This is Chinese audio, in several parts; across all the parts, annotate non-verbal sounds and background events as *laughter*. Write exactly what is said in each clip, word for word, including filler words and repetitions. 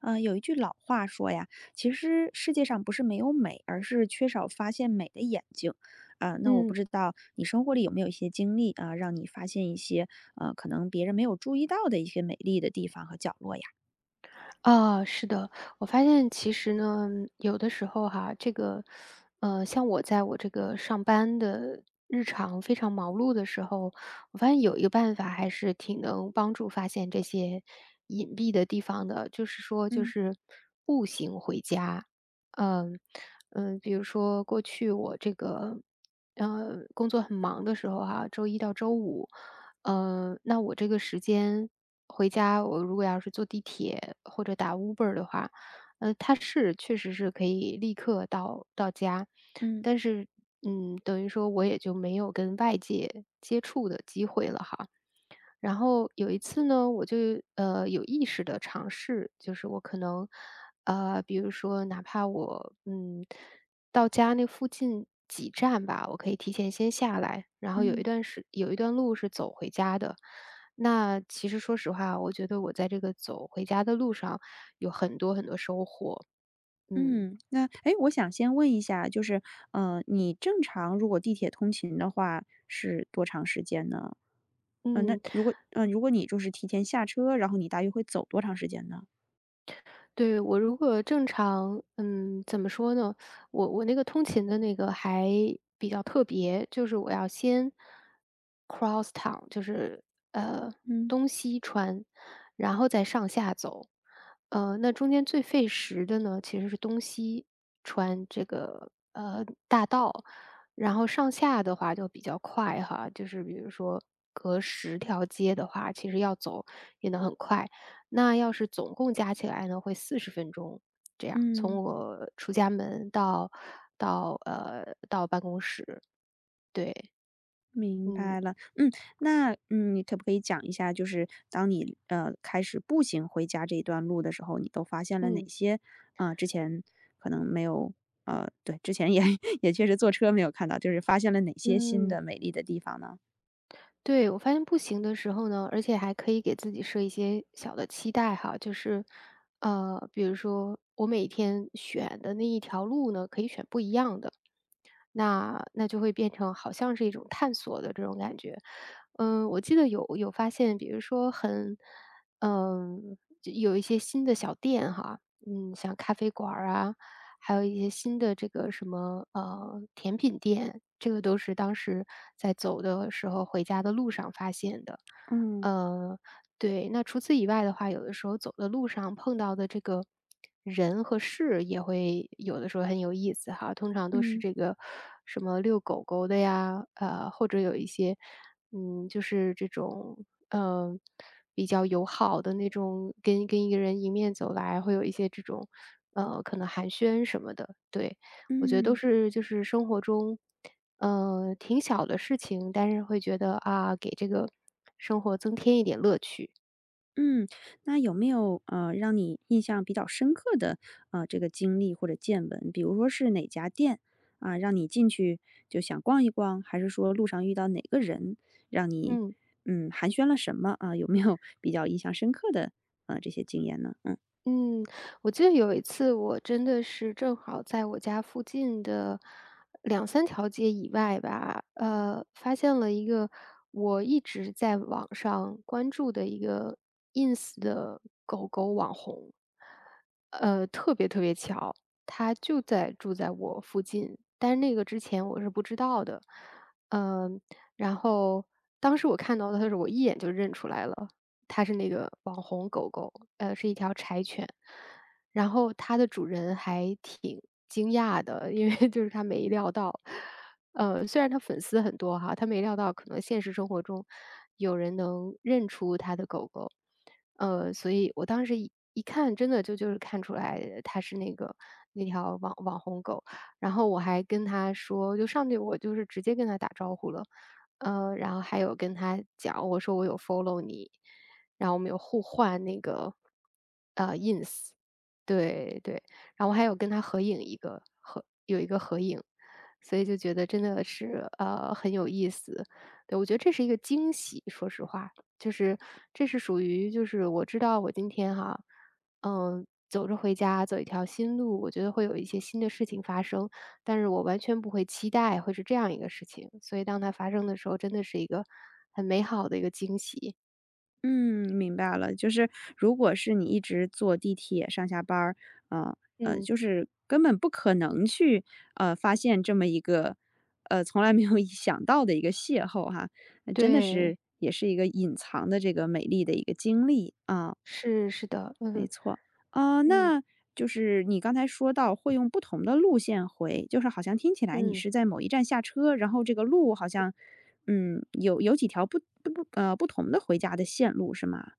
嗯，呃有一句老话说呀，其实世界上不是没有美，而是缺少发现美的眼睛。啊，那我不嗯，知道你生活里有没有一些经历啊，让你发现一些呃，可能别人没有注意到的一些美丽的地方和角落呀？啊，是的，我发现其实呢，有的时候哈，这个，呃，像我在我这个上班的日常非常忙碌的时候，我发现有一个办法还是挺能帮助发现这些隐蔽的地方的，就是说，就嗯是。大嗯嗯，比如说过去我这个呃工作很忙的时候哈、周一到周五，呃，那我这个时间回家，我如果要是坐地铁或者打 Uber 的话，呃，它是确实是可以立刻到到家，嗯但是嗯，等于说我也就没有跟外界接触的机会了哈。然后有一次呢，我就呃有意识的尝试，就是我可能，呃，比如说哪怕我嗯到家那附近几站吧，我可以提前先下来，然后有一嗯段是有一段路是走回家的。那其实说实话，我觉得我在这个走回家的路上有很多很多收获，嗯嗯，那哎，诶我想先问一下，就是呃，你正常如果地铁通勤的话是多长时间呢？嗯、那嗯。如果嗯、呃如果你就是提前下车，然后你大约会走多长时间呢？对，我如果正常嗯，怎么说呢？我我那个通勤的那个还比较特别，就是我要先 cross town，就是呃嗯东西穿，然后再上下走。呃，那中间最费时的呢，其实是东西穿这个呃大道，然后上下的话就比较快哈，就是比如说隔十条街的话，其实要走也能很快。那要是总共加起来呢，会四十分钟，这样，嗯。从我出家门到到，呃，到办公室，对。明嗯，白了，嗯，那嗯，你可不可以讲一下，就是当你呃开始步行回家这一段路的时候，你都发现了哪嗯，些？呃，之前可能没有，呃，对，之前也 *laughs* 也确实坐车没有看到，就是发现了哪些新嗯。的美丽的地方呢？对，我发现不行的时候呢，而且还可以给自己设一些小的期待哈，就是，呃，比如说我每天选的那一条路呢，可以选不一样的，那那就会变成好像是一种探索的这种感觉。嗯，我记得有有发现，比如说很，嗯，就有一些新的小店哈，嗯，像咖啡馆儿啊，还有一些新的这个什么呃甜品店，这个都是当时在走的时候回家的路上发现的。嗯呃，对，那除此以外的话，有的时候走的路上碰到的这个人和事也会有的时候很有意思哈。通常都是嗯这个什么遛狗狗的呀，呃，或者有一些，嗯，就是这种呃比较友好的那种，跟跟一个人迎面走来，会有一些这种呃可能寒暄什么的。对，我觉得都嗯。是就是生活中呃挺小的事情，但是会觉得啊给这个生活增添一点乐趣。嗯，那有没有呃让你印象比较深刻的呃这个经历或者见闻？比如说是哪家店啊，让你进去就想逛一逛，还是说路上遇到哪个人让你嗯嗯寒暄了什么啊？有没有比较印象深刻的呃这些经验呢？嗯。我记得有一次，我真的是正好在我家附近的两三条街以外吧，呃，发现了一个我一直在网上关注的一个 Ins 的狗狗网红。呃，特别特别巧，它就在住在我附近，但是那个之前我是不知道的。嗯，然后当时我看到它的时候，我一眼就认出来了。它是那个网红狗狗，呃，是一条柴犬。然后它的主人还挺惊讶的，因为 *laughs* 就是他没料到，呃，虽然他粉丝很多哈，他没料到可能现实生活中有人能认出他的狗狗。呃，所以我当时一一看，真的就就是看出来它是那个那条网网红狗。然后我还跟他说，就上去我就是直接跟他打招呼了，呃，然后还有跟他讲，我说我有 follow 你，然后我们有互换那个，对对，然后我还有跟他合影一个合有一个合影，所以就觉得真的是，呃，很有意思。对，我觉得这是一个惊喜，说实话，就是这是属于就是我知道我今天哈，嗯，走着回家，走一条新路，我觉得会有一些新的事情发生，但是我完全不会期待会是这样一个事情，所以当它发生的时候，真的是一个很美好的一个惊喜。嗯，明白了。就是如果是你一直坐地铁上下班儿，呃呃，嗯，就是根本不可能去呃发现这么一个呃从来没有 *laughs* 想到的一个邂逅哈，那真的是对。也是一个隐藏的这个美丽的一个经历啊。是是的，嗯。啊、嗯那就是你刚才说到会用不同的路线回，就是好像听起来你嗯。是在某一站下车，然后这个路好像嗯有有几条不不不呃不同的回家的线路是吗？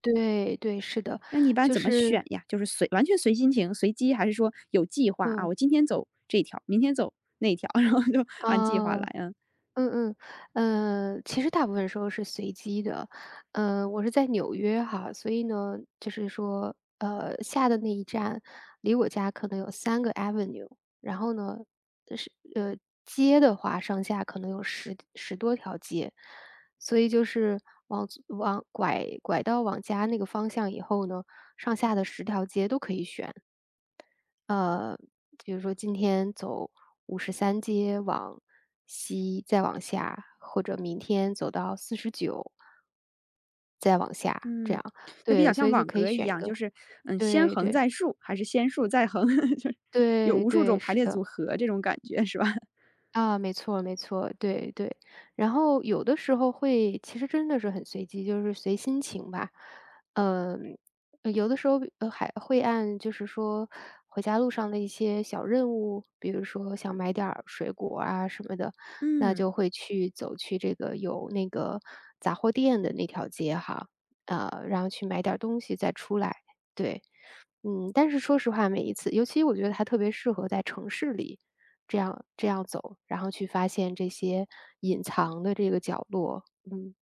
对对，是的，那你一般就怎么选是呀？就是随完全随心情、随机，还是说有计划啊？嗯，我今天走这条，明天走那条，*laughs* 然后就按计划来啊。啊？嗯嗯。呃，其实大部分时候是随机的。呃，我是在纽约哈，所以呢，就是说，呃，下的那一站离我家可能有三个 avenue，然后呢，是呃，街的话上下可能有十十多条街。所以就是往左往拐拐到往家那个方向以后呢，上下的十条街都可以选。呃，比如说今天走五十三街往西，再往下，或者明天走到四十九，这嗯，样。它比较对，所像以就网可以格一选一样，个。就是嗯，先对横对，再竖，还是先竖再横，*laughs* 就是有对无数种对，排是列组的。合这种感觉是吧？啊，没错没错，对对。然后有的时候会其实真的是很随机，就是随心情吧。嗯，呃有的时候，呃还会按就是说回家路上的一些小任务，比如说想买点儿水果啊什么的，那嗯。就会去走去这个有那个杂货店的那条街哈，呃，然后去买点儿东西再出来，对。嗯，但是说实话，每一次尤其我觉得它特别适合在城市里这样这样走，然后去发现这些隐藏的这个角落。嗯，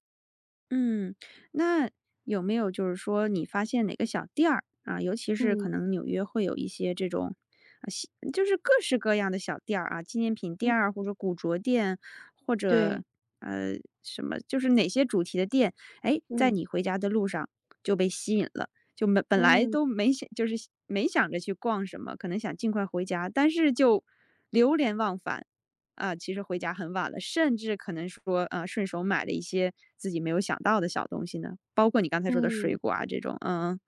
嗯，那有没有就是说你发现哪个小店儿啊，尤其是可嗯，能纽约会有一些这种啊，西就是各式各样的小店儿啊，纪念品嗯。店儿或者古着店，或者对。呃什么，就是哪些主题的店，哎，在嗯，你回家的路上就被吸引了，就没本来嗯，都没想，就是没想着去逛什么，可能想尽快回家，但是就流连忘返。啊，呃其实回家很晚了，甚至可能说，啊，呃顺手买了一些自己没有想到的小东西呢，包括你刚才说的水嗯。果啊这种，嗯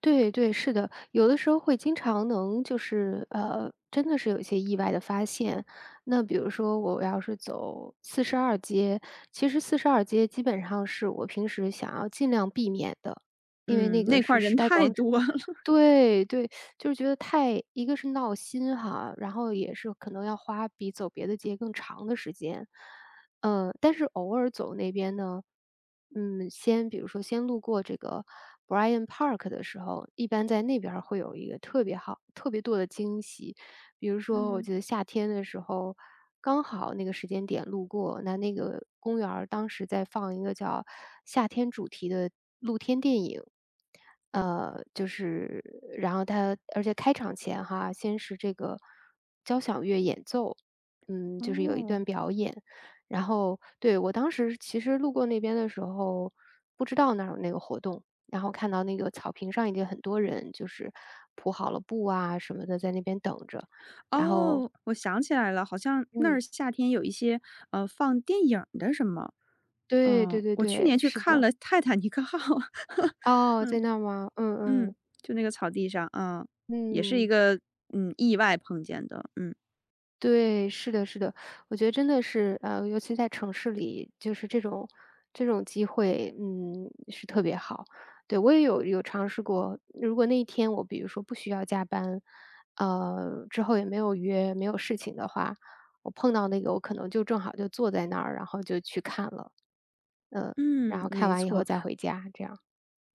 对对，是的，有的时候会经常能就是，呃，真的是有一些意外的发现。那比如说我要是走四十二街，其实四十二街基本上是我平时想要尽量避免的，因为嗯，那那个块是儿时人代太广场。多了，*laughs* 对对，就是觉得太一个是闹心哈，然后也是可能要花比走别的街更长的时间。呃，但是偶尔走那边呢，嗯，先比如说先路过这个 b r i a n Park 的时候，一般在那边儿会有一个特别好特别多的惊喜。比如说，我嗯，记得夏天的时候，刚好那个时间点路过，那那个公园儿当时在放一个叫夏天主题的露天电影。呃，就是然后它而且开场前哈，先是这个交响乐演奏，嗯，就是有一哦段表演，然后对，我当时其实路过那边的时候，不知道哪儿有那个活动，然后看到那个草坪上已经很多人就是铺好了布啊什么的，在那边等着。然后哦，我想起来了，好像那嗯，儿夏天有一些呃放电影儿的什么，对对哦，对我去对，年去是看的。了《泰坦尼克号》，*laughs* 哦，嗯在那儿吗？嗯嗯，嗯，就那个草地上啊，也是一嗯。个嗯意外碰见的，嗯。对，是的，是的，我觉得真的是，呃，尤其在城市里，就是这种这种机会，嗯，是特别好。对，我也有有尝试过，如果那一天我比如说不需要加班，呃，之后也没有约，没有事情的话，我碰到那个，我可能就正好就坐在那儿，然后就去看了，嗯，然嗯，后看没完以后错。再回家，这样，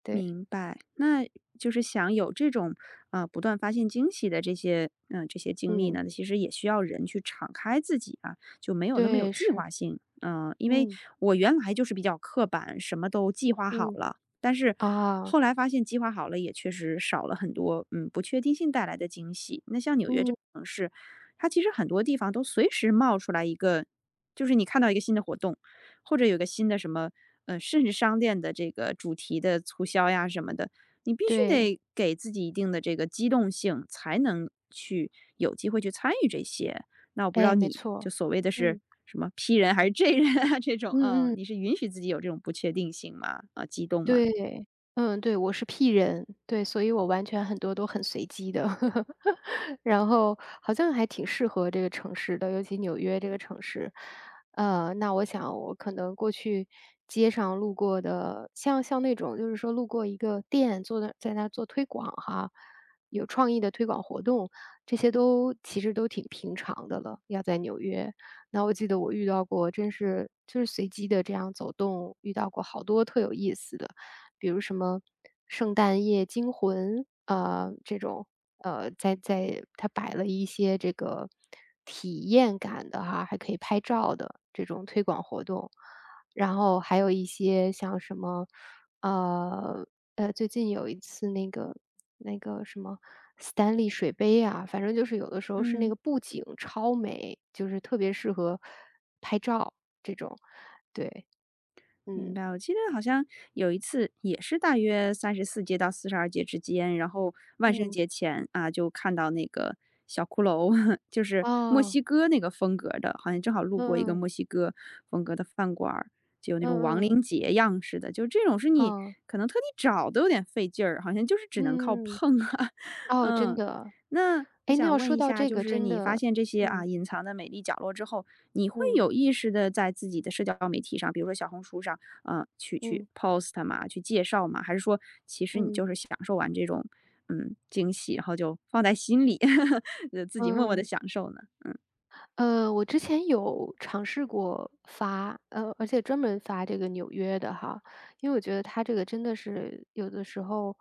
对，明白，那就是想有这种啊，不断发现惊喜的这些嗯、呃这些经历嗯，呢，其实也需要人去敞开自己啊，就没有那么有对，计是，划性。嗯、因为嗯我原来就是比较刻板，什么都计划好嗯，了，但是啊，后来发现计划好了也确实少了很多嗯不确定性带来的惊喜。那像纽约这嗯，种城市，它其实很多地方都随时冒出来一个，就是你看到一个新的活动。或者有个新的什么，呃，甚至商店的这个主题的促销呀什么的，你必须对，得给自己一定的这个机动性，才能去有机会去参与这些。那我不知道哎，没你就错，所谓的是嗯。什么 P 人还是 J 人啊这种，嗯，嗯嗯。你是允许自己有这种不确定性吗？啊，激动吗？对，嗯，对，我是 P 人，对，所以我完全很多都很随机的。*laughs* 然后好像还挺适合这个城市的，尤其纽约这个城市。呃，那我想我可能过去街上路过的，像像那种就是说路过一个店，坐那在那做推广哈，有创意的推广活动，这些都其实都挺平常的了，要在纽约。那我记得我遇到过，真是就是随机的这样走动，遇到过好多特有意思的。比如什么《圣诞夜惊魂》啊、这种，呃，在在它摆了一些这个体验感的哈，还可以拍照的这种推广活动，然后还有一些像什么，呃呃，最近有一次那个那个什么 Stanley 水杯啊，反正就是有的时候是那嗯。个布景超美，就是特别适合拍照这种，对，明嗯白，我记得好像有一次也是大约三十四街到四十二街之间，然后万圣嗯，节前，啊，就看到那个小骷髅，*laughs* 就是墨啊西哥那个风格的，好像正好路过一个嗯嗯。墨西哥风格的饭馆儿，就有那种亡嗯嗯，灵节样式的，就这种是你哦，可能特地找都有点费劲儿，好像就是只能靠嗯嗯，碰啊。*laughs* 哦，真嗯，的。那我哎，那想要问说一到下，这就个是真你发的现这些，啊，嗯，隐藏的美丽角落之后，你会嗯，有意识的在自己的社交媒体上，比如说小红书上，嗯，去去 嗯，post 嘛，去介绍嘛？还是说其实你嗯，就是享受完这种，嗯，惊喜，然后就放在心里，*laughs* 呃，自己默默的嗯。享受呢？呃，我之前有尝试过发，呃，而且专门发这个纽约的哈，因为我觉得它这个真的是有的时候，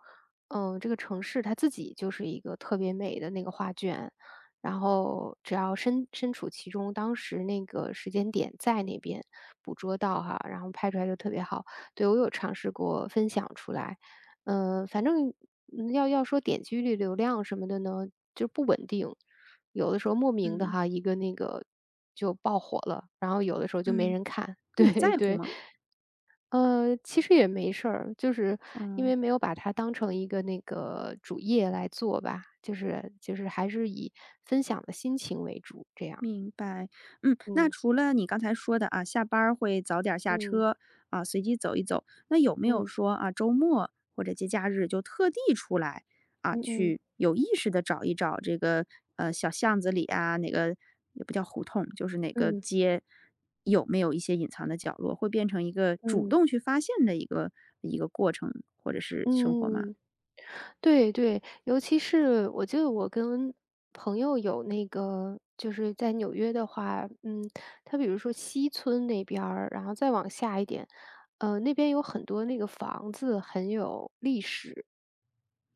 嗯、这个城市它自己就是一个特别美的那个画卷，然后只要身身处其中，当时那个时间点在那边捕捉到哈，然后拍出来就特别好。对，我有尝试过分享出来，嗯、反正嗯要要说点击率、流量什么的呢，就不稳定。有的时候莫名的嗯哈，一个那个就爆火了，然后有的时候就没嗯，人看。*laughs* 你对在乎对，吗？呃，其实也没事儿，就是因嗯。为没有把它当成一个那个主业来做吧，就是就是还是以分享的心情为主，这样。明白，嗯，那嗯除了你刚才说的啊，下班儿会早点儿下嗯车啊，随机走一走，那有没有嗯说啊，周末或者节假日就特地出来啊，嗯嗯去有意识的找一找这个呃小巷子里啊，哪个也不叫胡同，就是哪个嗯街有没有一些隐藏的角落，会变成一个主嗯嗯动去发现的一个一个过程或者是生活吗？嗯。对对，尤其是我记得我跟朋友有那个就是在纽约的话，嗯，他比如说西村那边儿，然后再往下一点，呃，那边有很多那个房子很有历史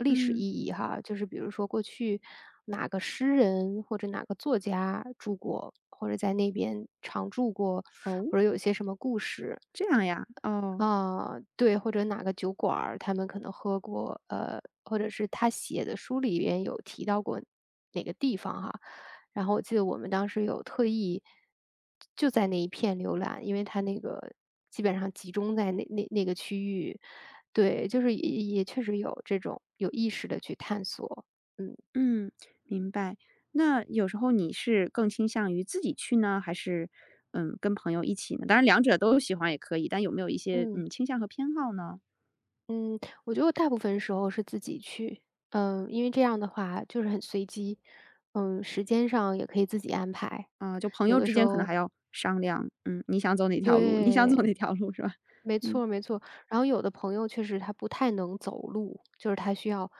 嗯，啊，就是比如说过去哪个诗人或者哪个作家住过，或者在那边常住过，哦，或者有一些什么故事。这样呀，哦。啊，对，或者哪个酒馆儿，他们可能喝过，呃，或者是他写的书里边有提到过哪个地方哈。然后我记得我们当时有特意就在那一片浏览，因为它那个基本上集中在那那那个区域。对，就是也也确实有这种有意识的去探索，嗯。嗯，明白。那有时候你是更倾向于自己去呢，还是嗯跟朋友一起呢？当然两者都喜欢也可以，但有没有一些嗯。嗯倾向和偏好呢？嗯，我觉得我大部分时候是自己去，嗯，因为这样的话就是很随机，嗯，时间上也可以自己安排。啊、就朋有友的之时间可能候还要商量，嗯，你想走哪条路，你想走哪对，条路是吧？没嗯，错没错。然后有的朋友确实他不太能走路，就是他需要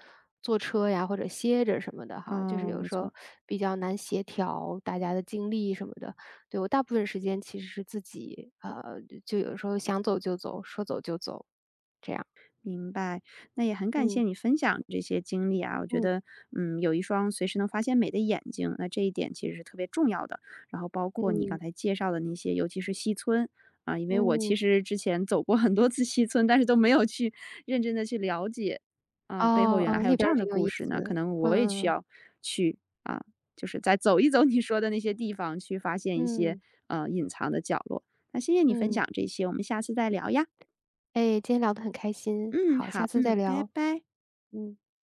坐车呀或者歇着什么的哈，就是哦，有没时候错，比较难协调大家的精力什么的。对，我大部分时间其实是自己，呃，就有时候想走就走，说走就走，这样。明白，那也很感谢嗯你分享这些经历啊，我觉得，嗯嗯，有一双随时能发现美的眼睛，那这一点其实是特别重要的。然后包括你刚嗯才介绍的那些，尤其是西村啊，因为我嗯。其实之前走过很多次西村，但是都没有去认真的去了解啊，背后哦原来哦，还有那这边儿样的很有故意事呢。可思。能我也需嗯嗯要去啊，就是再走一走你说的那些地方，去发现一些嗯呃隐藏的角落。那谢谢你分嗯，享这些，我们下次再聊呀。哎，今天聊得很开心，嗯，好，下好，次再嗯，拜聊。拜。嗯。